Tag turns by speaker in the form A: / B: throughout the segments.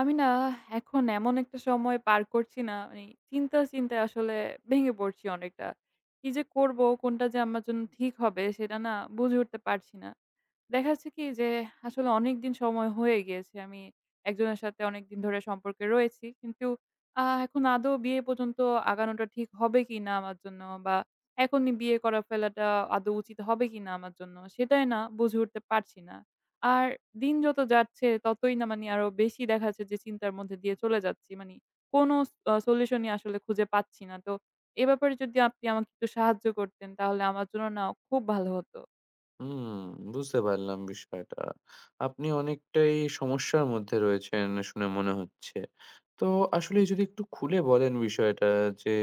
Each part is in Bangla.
A: আমি না এখন এমন একটা সময় পার করছি, না মানে চিন্তায়, চিন্তায় আসলে ভেঙে পড়ছি অনেকটা। কি যে করব? কোনটা যে আমার জন্য ঠিক হবে সেটা না বুঝে উঠতে পারছি না। দেখা যাচ্ছে কি যে আসলে অনেকদিন সময় হয়ে গিয়েছে। আমি একজনের সাথে অনেকদিন ধরে সম্পর্কে রয়েছি। কিন্তু এখন আদৌ বিয়ে পর্যন্ত আগানোটা ঠিক হবে কিনা আমার জন্য, বা এখনই বিয়ে করা ফেলাটা আদৌ উচিত হবে কিনা আমার জন্য, সেটাই না বুঝে উঠতে পারছি না। আর দিন যত যাচ্ছে ততই না, মানে আরো বেশি দেখা যাচ্ছে যে চিন্তার মধ্যে দিয়ে চলে যাচ্ছি। মানে কোনো সলিউশনই আসলে খুঁজে পাচ্ছি না। তো এ ব্যাপারে যদি আপনি আমাকে একটু সাহায্য করতেন তাহলে আমার জন্য না খুব ভালো হত।
B: হুম, বুঝতে পারলাম বিষয়টা। আপনি অনেকটাই সমস্যার মধ্যে রয়েছেন শুনে মনে হচ্ছে। তো আসলে যদি একটু খুলে বলেন বিষয়টা যে,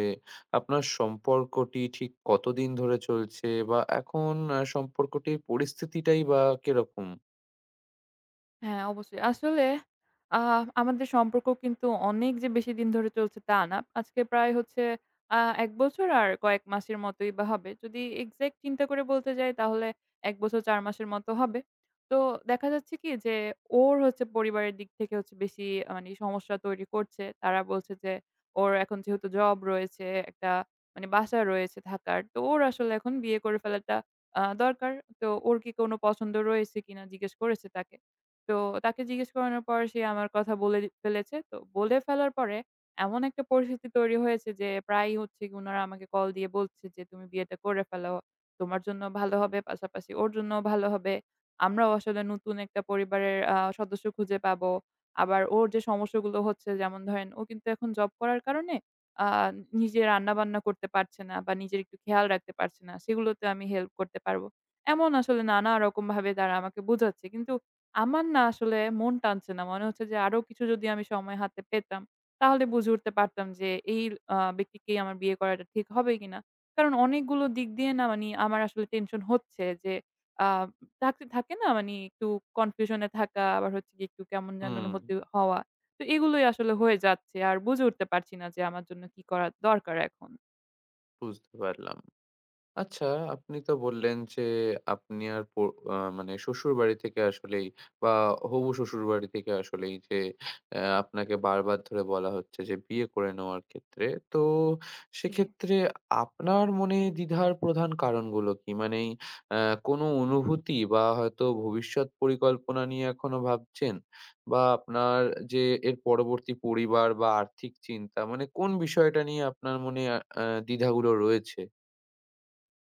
B: আপনার সম্পর্কটি ঠিক কতদিন ধরে চলছে? বা এখন সম্পর্কটির পরিস্থিতিটাই বা কিরকম?
A: হ্যাঁ, অবশ্যই। আসলে আ আমাদের সম্পর্ক কিন্তু অনেক যে বেশি দিন ধরে চলছে তা না। আজকে প্রায় হচ্ছে আ ১ বছর আর কয়েক মাসের মতোই বা হবে। যদি এক্সাক্ট চিন্তা করে বলতে যাই তাহলে ১ বছর ৪ মাসের মতো হবে। তো দেখা যাচ্ছে কি যে ওর হচ্ছে পরিবারের দিক থেকে হচ্ছে বেশি, মানে সমস্যা তৈরি করছে। তারা বলছে যে ওর এখন যেহেতু জব রয়েছে, একটা, মানে বাসা রয়েছে থাকার। তো ওর আসলে এখন বিয়ে করে ফেলাটা দরকার। তো ওর কি কোনো পছন্দ রয়েছে কিনা জিজ্ঞেস করেছে তাকে। তো তাকে জিজ্ঞেস করানোর পর সে আমার কথা বলে ফেলেছে। তো বলে ফেলার পরে এমন একটা পরিস্থিতি তৈরি হয়েছে যে প্রায়ই হচ্ছে গিয়ে উনারা আমাকে কল দিয়ে বলছে যে, "তুমি বিয়েটা করে ফেলো। তোমার জন্য ভালো হবে, পাশাপাশি ওর জন্যও ভালো হবে। আমরাও আসলে নতুন একটা পরিবারের সদস্য খুঁজে পাবো।" আবার ওর যে সমস্যাগুলো হচ্ছে, যেমন ধরেন ও কিন্তু এখন জব করার কারণে আ নিজে রান্না-বান্না করতে পারছে না বা নিজের একটু খেয়াল রাখতে পারছে না। সেগুলোতে আমি হেল্প করতে পারবো। এমন আসলে নানা রকমভাবে তারা আমাকে বোঝাচ্ছে। কিন্তু আমার না আসলে মন টানছে না। মনে হচ্ছে যে আরো কিছু যদি আমি সময় হাতে পেতাম, তাহলে বুঝে উঠতে পারতাম যে এই ব্যক্তিকেই আমার বিয়ে করাটা ঠিক হবে কিনা। কারণ অনেকগুলো দিক দিয়ে না মানি আমার আসলে টেনশন হচ্ছে যে, আ থাকতে থাকে না মানি একটু কনফিউশন এ থাকা, আবার হচ্ছে গিয়ে একটু কেমন যেন
B: হুম,
A: অনুভূতি হওয়া। তো এগুলোই আসলে হয়ে যাচ্ছে। আর বুঝে উঠতে পারছি না যে আমার জন্য কি করা দরকার এখন।
B: বুঝতে পারলাম। আচ্ছা, আপনি তো বললেন যে আপনি আর পো আ মানে শ্বশুরবাড়ি থেকে আসলেই, বা হবু শ্বশুরবাড়ি থেকে আসলেই যে আপনাকে বারবার ধরে বলা হচ্ছে যে বিয়ে করে নেওয়ার ক্ষেত্রে। তো সেক্ষেত্রে আপনার মনে দ্বিধার প্রধান কারণগুলো কি? মানে এই অ্যা কোনো অনুভূতি বা হয়তো ভবিষ্যৎ পরিকল্পনা নিয়ে এখনো ভাবছেন? বা আপনার যে এর পরবর্তী পরিবার বা আর্থিক চিন্তা, মানে কোন বিষয়টা নিয়ে আপনার মনে আ অ্যা দ্বিধাগুলো রয়েছে?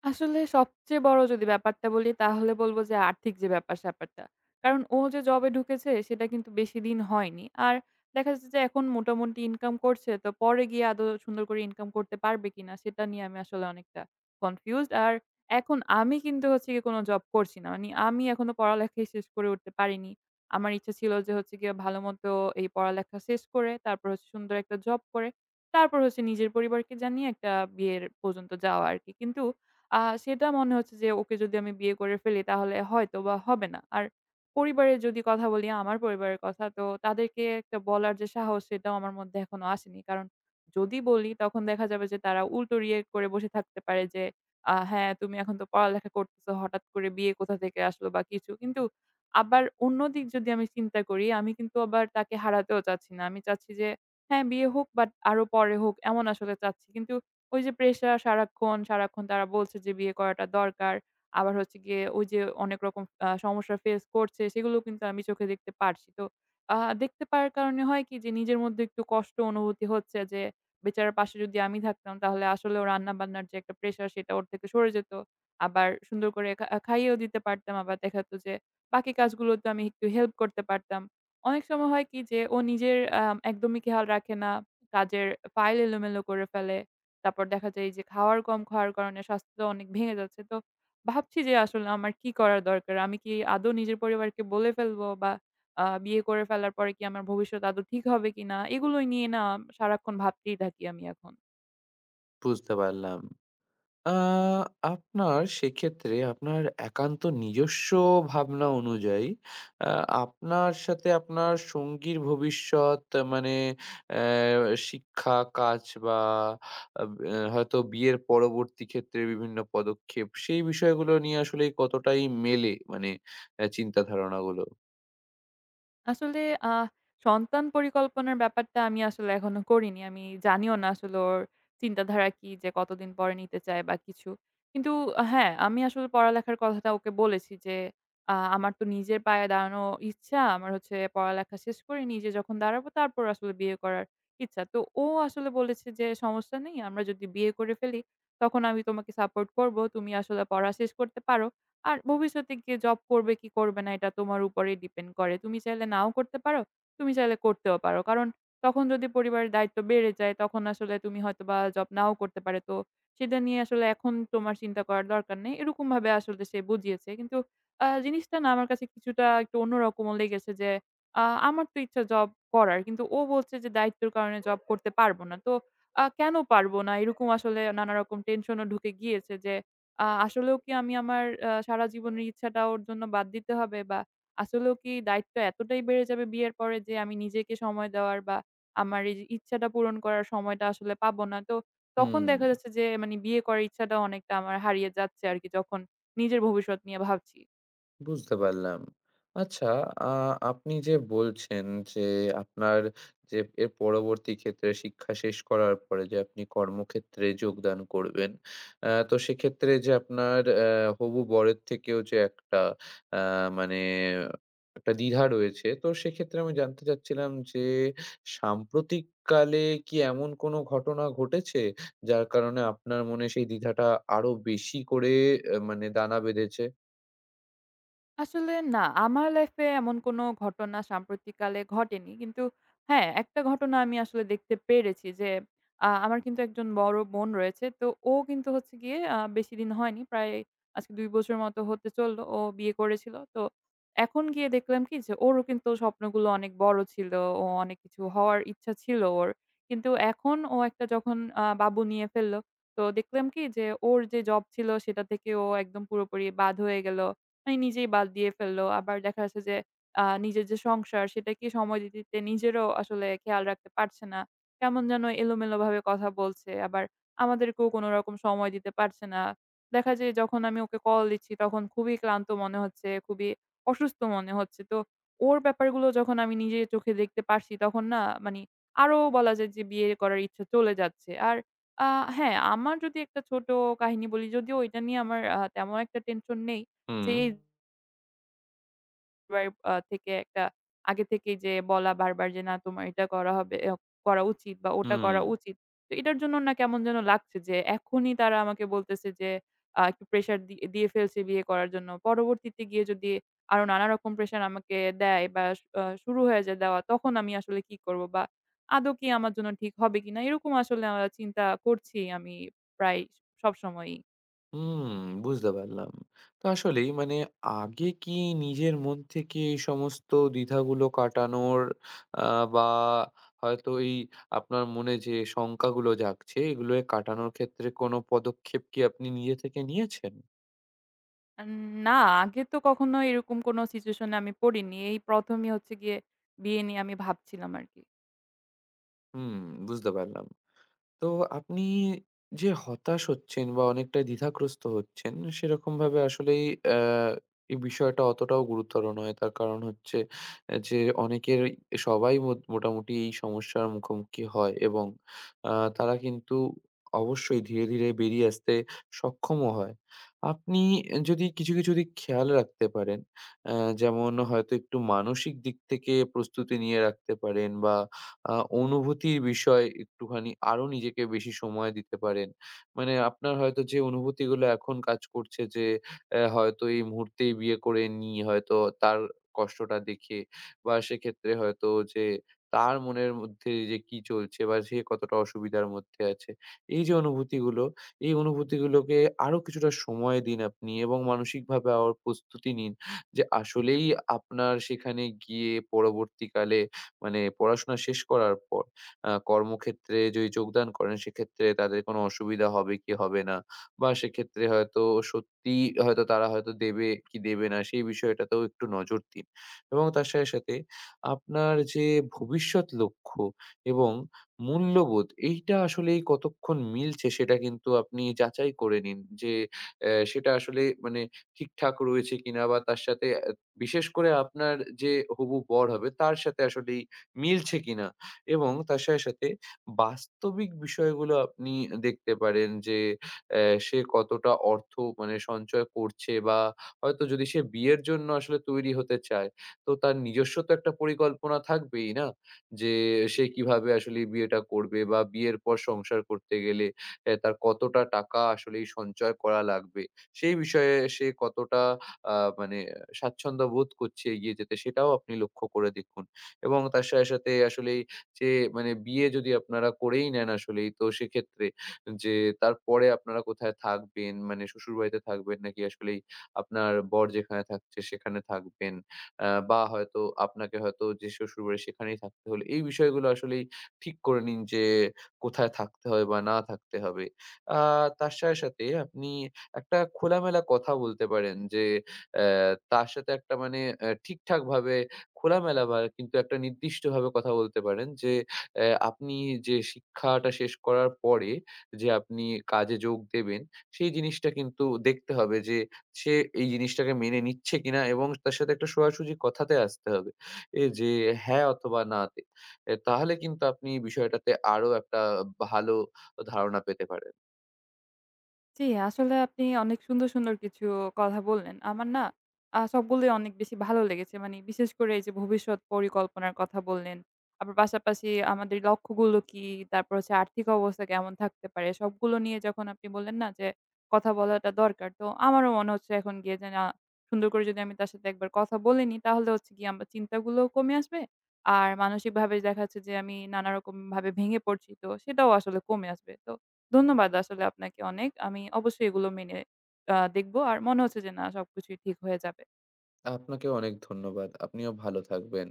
A: আসলে সবচেয়ে বড় যদি ব্যাপারটা বলি তাহলে বলব যে আর্থিক যে ব্যাপার-স্যাপারটা। কারণ ও যে জবে ঢুকেছে সেটা কিন্তু বেশি দিন হয়নি। আর দেখা যাচ্ছে যে এখন মোটামুটি ইনকাম করছে। তো পরে গিয়ে আদৌ সুন্দর করে ইনকাম করতে পারবে কিনা সেটা নিয়ে আমি আসলে অনেকটা কনফিউজড। আর এখন আমি কিন্তু হচ্ছে গিয়ে কোন জব করছি না। মানে আমি এখনো পড়ালেখাই শেষ করে উঠতে পারিনি। আমার ইচ্ছা ছিল যে হচ্ছে গিয়ে ভালোমতো এই পড়ালেখা শেষ করে তারপর হচ্ছে সুন্দর একটা জব করে তারপর হচ্ছে নিজের পরিবারকে জানিয়ে একটা বিয়ের পর্যন্ত যাওয়া আরকি। কিন্তু আ সেটা মনে হচ্ছে যে ওকে যদি আমি বিয়ে করে ফেলি তাহলে হয়তোবা হবে না। আর পরিবারের যদি কথা বলি, আমার পরিবারের কথা, তো তাদেরকে একটা বলার যে সাহস সেটাও আমার মধ্যে এখনো আসেনি। কারণ যদি বলি তখন দেখা যাবে যে তারা উল্টো react করে বসে থাকতে পারে যে, "হ্যাঁ, তুমি এখন তো পড়ালেখা করতেছো, হঠাৎ করে বিয়ে কোথা থেকে আসলো বা কিছু।" কিন্তু আবার অন্যদিক যদি আমি চিন্তা করি, আমি কিন্তু আবার তাকে হারাতেও চাচ্ছি না। আমি চাচ্ছি যে হ্যাঁ, বিয়ে হোক, বাট আরো পরে হোক, এমন আসলে চাচ্ছি। কিন্তু ওই যে প্রেশার, সারাক্ষণ, সারাক্ষণ তারা বলছে যে বিয়ে করাটা দরকার। আবার হচ্ছে গিয়ে ওই যে অনেক রকম সমস্যা ফেস করছে সেগুলো কিন্তু আমি চোখে দেখতে পারছি। তো আ দেখতে পারার কারণে হয় কি যে নিজের মধ্যে একটু কষ্ট অনুভূতি হচ্ছে যে বেচারার পাশে যদি আমি থাকতাম তাহলে আসলেও রান্না-বান্নার যে একটা প্রেশার সেটা ওর থেকে সরে যেত। আবার সুন্দর করে খাইয়েও দিতে পারতাম। আবার দেখা যেত যে বাকি কাজগুলোতে আমি একটু হেল্প করতে পারতাম। অনেক সময় হয় কি যে ও নিজের একদমই খেয়াল রাখে না। কাজের ফাইল এলোমেলো করে ফেলে। তারপর দেখা যায় এই যে খাওয়ার, কম খাওয়ার কারণে স্বাস্থ্য অনেক ভেঙে যাচ্ছে। তো ভাবছি যে আসলে আমার কি করা দরকার? আমি কি আদৌ নিজের পরিবারকে বলে ফেলবো? বা বিয়ে করে ফেলার পরে কি আমার ভবিষ্যৎ আদৌ ঠিক হবে কিনা? এগুলোই নিয়ে না সারাক্ষণ ভাবতেই থাকি আমি এখন।
B: বুঝতে পারলাম। আ আপনার সেক্ষেত্রে আপনার একান্ত নিজস্ব ভাবনা অনুযায়ী আ আপনার সাথে আপনার সঙ্গীর ভবিষ্যৎ, মানে শিক্ষা, কাজ বা আব অ্যা হয়তো বিয়ের পরবর্তী ক্ষেত্রে বিভিন্ন পদক্ষেপ, সেই বিষয়গুলো নিয়ে আসলেই কতটাই মেলে, মানে চিন্তা ধারণাগুলো?
A: আসলে আ সন্তান পরিকল্পনার ব্যাপারটা আমি আসলে এখনো করিনি। আমি জানিও না আসলে ওর চিন্তাধারা কি, যে কতদিন পরে নিতে চায় বা কিছু। কিন্তু হ্যাঁ, আমি আসলে পড়ালেখার কথাটা ওকে বলেছি যে, "আমার তো নিজের পায়ে দাঁড়ানো ইচ্ছা। আমার হচ্ছে পড়ালেখা শেষ করে নিজে যখন দাঁড়াবো তারপর আসলে বিয়ে করার ইচ্ছা।" তো ও আসলে বলেছে যে, "সমস্যা নেই। আমরা যদি বিয়ে করে ফেলি তখন আমি তোমাকে সাপোর্ট করব। তুমি আসলে পড়া শেষ করতে পারো। আর ভবিষ্যতে গিয়ে জব করবে কি করবে না এটা তোমার উপরেই ডিপেন্ড করে। তুমি চাইলে নাও করতে পারো, তুমি চাইলে করতেও পারো। কারণ তখন যদি পরিবারের দায়িত্ব বেড়ে যায় তখন আসলে তুমি হয়তোবা জব নাও করতে পারে। তো সেটা নিয়ে আসলে এখন তোমার চিন্তা করার দরকার নেই।" এরকমভাবে আসলে সে বুঝিয়েছে। কিন্তু জিনিসটা না আমার কাছে কিছুটা একটু অন্যরকমও লেগেছে যে আ আমার তো ইচ্ছা জব করার। কিন্তু ও বলছে যে দায়িত্বের কারণে জব করতে পারব না। তো কেন পারব না? এরকম আসলে নানারকম টেনশনও ঢুকে গিয়েছে যে আসলেও কি আমি আমার সারা জীবনের ইচ্ছাটা ওর জন্য বাদ দিতে হবে? বা আসলেও কি দায়িত্ব এতটাই বেড়ে যাবে বিয়ের পরে যে আমি নিজেকে সময় দেওয়ার, বা আমার এই যে ইচ্ছাটা পূরণ করার সময়টা আসলে পাবো না? তো তখন
B: হুম।
A: দেখা যাচ্ছে যে, মানে বিয়ে করার ইচ্ছাটাও অনেকটা আমার হারিয়ে যাচ্ছে আরকি যখন নিজের ভবিষ্যৎ নিয়ে ভাবছি।
B: বুঝতে পারলাম। আচ্ছা, আ আপনি যে বলছেন যে আপনার যে এর পরবর্তী ক্ষেত্রে শিক্ষা শেষ করার পরে যে আপনি কর্মক্ষেত্রে যোগদান করবেন। তো সেক্ষেত্রে যে আপনার হবু বরের থেকেও যে একটা আ মানে একটা দ্বিধা রয়েছে। তো সেক্ষেত্রে আমি জানতে চাচ্ছিলাম যে সাম্প্রতিককালে কি এমন কোনো ঘটনা ঘটেছে যার কারণে আপনার মনে সেই দ্বিধাটা আরো বেশি করে মানে দানা বেঁধেছে?
A: আসলে না, আমার লাইফে এমন কোনো ঘটনা সাম্প্রতিককালে ঘটেনি। কিন্তু হ্যাঁ, একটা ঘটনা আমি আসলে দেখতে পেরেছি যে, আমার কিন্তু একজন বড় বোন রয়েছে। তো ও কিন্তু হচ্ছে গিয়ে বেশিদিন হয়নি। প্রায় আজকে ২ বছর মতো হতে চলল। ও বিয়ে করেছিল। তো এখন গিয়ে দেখলাম কি যে, ওরও কিন্তু স্বপ্নগুলো অনেক বড় ছিল। ও অনেক কিছু হওয়ার ইচ্ছা ছিল ওর। কিন্তু এখন ও একটা যখন বাবু নিয়ে ফেলল, তো দেখলাম কি যে, ওর যে জব ছিল সেটা থেকে ও একদম পুরোপুরি বাদ হয়ে গেল। মানে নিজেই বাদ দিয়ে ফেললো। আবার দেখা যাচ্ছে যে নিজের যে সংসার সেটাকে সময় দিতে, দিতে নিজেরও আসলে খেয়াল রাখতে পারছে না। কেমন যেন এলোমেলোভাবে কথা বলছে। আবার আমাদেরকেও কোনো রকম সময় দিতে পারছে না। দেখা যায় যখন আমি ওকে কল দিচ্ছি তখন খুবই ক্লান্ত মনে হচ্ছে, খুবই অসুস্থ মনে হচ্ছে। তো ওর ব্যাপারগুলো যখন আমি নিজে চোখে দেখতে পারছি তখন না মানি আরো বলা যায় যে বিয়ে করার ইচ্ছা চলে যাচ্ছে। আর আ হ্যাঁ, আমার যদি একটা ছোট কাহিনী বলি, যদিও এটা নিয়ে আমার তেমন একটা টেনশন নেই,
B: হুম।
A: যে এই পরিবার থেকে একটা আগে থেকেই যে বলা বারবার যে, "না, তোমার এটা করা হবে, এ করা উচিত বা ওটা
B: হুম,
A: করা উচিত।" তো এটার জন্য না কেমন যেন লাগছে যে এখনই তারা আমাকে বলতেছে যে একটু প্রেশার দিয়ে ফেলছে বিয়ে করার জন্য। পরবর্তীতে গিয়ে যদি আরো নানা রকম প্রেশার আমাকে দেয় বা স আ শুরু হয়ে যায় দেওয়া তখন আমি আসলে কি করব? বা আদৌ কি আমার জন্য ঠিক হবে কিনা? এরকম আসলে চিন্তা করছি আমি প্রায় সবসময়ই।
B: হুম, বুঝতে পারলাম। তো আসলেই মানে আগে কি নিজের মন থেকে এই সমস্ত দ্বিধাগুলো কাটানোর, আ বা হয়তো এই আপনার মনে যে শঙ্কাগুলো জাগছে, এগুলোকে কাটানোর ক্ষেত্রে কোনো পদক্ষেপ কি আপনি নিজে থেকে নিয়েছেন?
A: আন না, আগে তো কখনো এরকম কোনো সিচুয়েশন এ আমি পড়িনি। এই ১ম ই হচ্ছে গিয়ে বিয়ে নিয়ে আমি ভাবছিলাম আরকি।
B: হুম, বুঝতে পারলাম। তো আপনি যে হতাশ হচ্ছেন বা অনেকটাই দ্বিধাগ্রস্ত হচ্ছেন, সেরকমভাবে আসলেই আ এই বিষয়টা অতটাও গুরুতর নয়। তার কারণ হচ্ছে, যে অনেকেরই, সবাই মোটামুটি এই সমস্যার মুখোমুখি হয়, এবং আ তারা কিন্তু অবশ্যই ধীরে, ধীরে বেরিয়ে আসতে সক্ষমও হয়। আপনি যদি কিছু, কিছু দিক খেয়াল রাখতে পারেন, অ্যা যেমন হয়তো একটু মানসিক দিক থেকে প্রস্তুতি নিয়ে রাখতে পারেন, বা আ অনুভূতির বিষয় একটুখানি আরো নিজেকে বেশি সময় দিতে পারেন। মানে আপনার হয়তো যে অনুভূতিগুলো এখন কাজ করছে, যে হয়তো এই মুহূর্তেই বিয়ে করে নিই, হয়তো তার কষ্টটা দেখে, বা সেক্ষেত্রে হয়তো যে তার মনের মধ্যে যে কি চলছে বা সে কতটা অসুবিধার মধ্যে আছে। এই যে অনুভূতিগুলো, এই অনুভূতিগুলোকে আরো কিছুটা সময় দিন আপনি, এবং মানসিকভাবে আবার প্রস্তুতি নিন যে আসলেই আপনার সেখানে গিয়ে পরবর্তীকালে, মানে পড়াশোনা শেষ করার পর কর্মক্ষেত্রে যদি যোগদান করেন সেক্ষেত্রে তাদের কোনো অসুবিধা হবে কি হবে না? বা সেক্ষেত্রে হয়তো, সত্যিই হয়তো তারা হয়তো দেবে কি দেবে না, সেই বিষয়টাতেও একটু নজর দিন। এবং তার সাথে, সাথে আপনার যে ভবিষ্যৎ লক্ষ্য এবং মূল্যবোধ এইটা আসলেই কতক্ষণ মিলছে, সেটা কিন্তু আপনি যাচাই করে নিন যে সেটা আসলে মানে ঠিকঠাক রয়েছে কিনা, বা তার সাথে, বিশেষ করে আপনার যে হবু বর হবে তার সাথে আসলেই মিলছে কিনা? এবং তার সাথে, সাথে বাস্তবিক বিষয়গুলো আপনি দেখতে পারেন যে সে কতটা অর্থ, মানে সঞ্চয় করছে, বা হয়তো যদি সে বিয়ের জন্য আসলে তৈরি হতে চায়, তো তার নিজস্ব তো একটা পরিকল্পনা থাকবেই না? যে সে কিভাবে আসলে বিয়েটা করবে বা বিয়ের পর সংসার করতে গেলে তার কতটা টাকা আসলেই সঞ্চয় করা লাগবে। সেই বিষয়ে সে কতটা আ মানে স্বাচ্ছন্দ্য বোধ করছে এগিয়ে যেতে, সেটাও আপনি লক্ষ্য করে দেখুন। এবং তার সাথে, সাথে আসলেই, যে মানে বিয়ে যদি আপনারা করেই নেন আসলেই, তো সেক্ষেত্রে যে তারপরে আপনারা কোথায় থাকবেন? মানে শ্বশুরবাড়িতে থাকবেন নাকি আসলেই আপনার বর যেখানে থাকছে সেখানে থাকবেন? বা হয়তো আপনাকে হয়তো যে শ্বশুরবাড়ি সেখানেই থাকতে হলো। এই বিষয়গুলো আসলেই ঠিক করে নিন যে কোথায় থাকতে হবে বা না থাকতে হবে। আ তার সাথে, সাথে আপনি একটা খোলামেলা কথা বলতে পারেন যে তার সাথে একটা মানে ঠিকঠাকভাবে খোলামেলা, বা কিন্তু একটা নির্দিষ্টভাবে কথা বলতে পারেন যে, আপনি যে শিক্ষাটা শেষ করার পরে যে আপনি কাজে যোগ দেবেন, সেই জিনিসটা কিন্তু দেখতে হবে যে সে এই জিনিসটাকে মেনে নিচ্ছে কিনা, এবং তার সাথে একটা সোজাসুজি কথাতে আসতে হবে। এ যে হ্যাঁ অথবা না তে। এ তাহলে কিন্তু আপনি বিষয়টাতে আরো একটা ভালো ধারণা পেতে পারেন।
A: জি, আসলে আপনি অনেক সুন্দর, সুন্দর কিছু কথা বললেন। আমার না সবগুলোই অনেক বেশি ভালো লেগেছে। মানে বিশেষ করে এই যে ভবিষ্যৎ পরিকল্পনার কথা বললেন। আবার পাশাপাশি আমাদের লক্ষ্যগুলো কি? তারপর হচ্ছে আর্থিক অবস্থা কেমন থাকতে পারে? সবগুলো নিয়ে যখন আপনি বললেন না যে কথা বলাটা দরকার। তো আমারও মনে হচ্ছে এখন গিয়ে যে না, সুন্দর করে যদি আমি তার সাথে একবার কথা বলে নিই তাহলে হচ্ছে গিয়ে আমার চিন্তাগুলোও কমে আসবে। আর মানসিকভাবে দেখা যাচ্ছে যে আমি নানারকম ভাবে ভেঙে পড়ছি। তো সেটাও আসলে কমে আসবে। তো ধন্যবাদ আসলে আপনাকে অনেক। আমি অবশ্যই এগুলো মেনে দেখব। আর মনে হচ্ছে যে না সবকিছুই ঠিক হয়ে যাবে।
B: আপনাকেও অনেক ধন্যবাদ। আপনিও ভালো থাকবেন।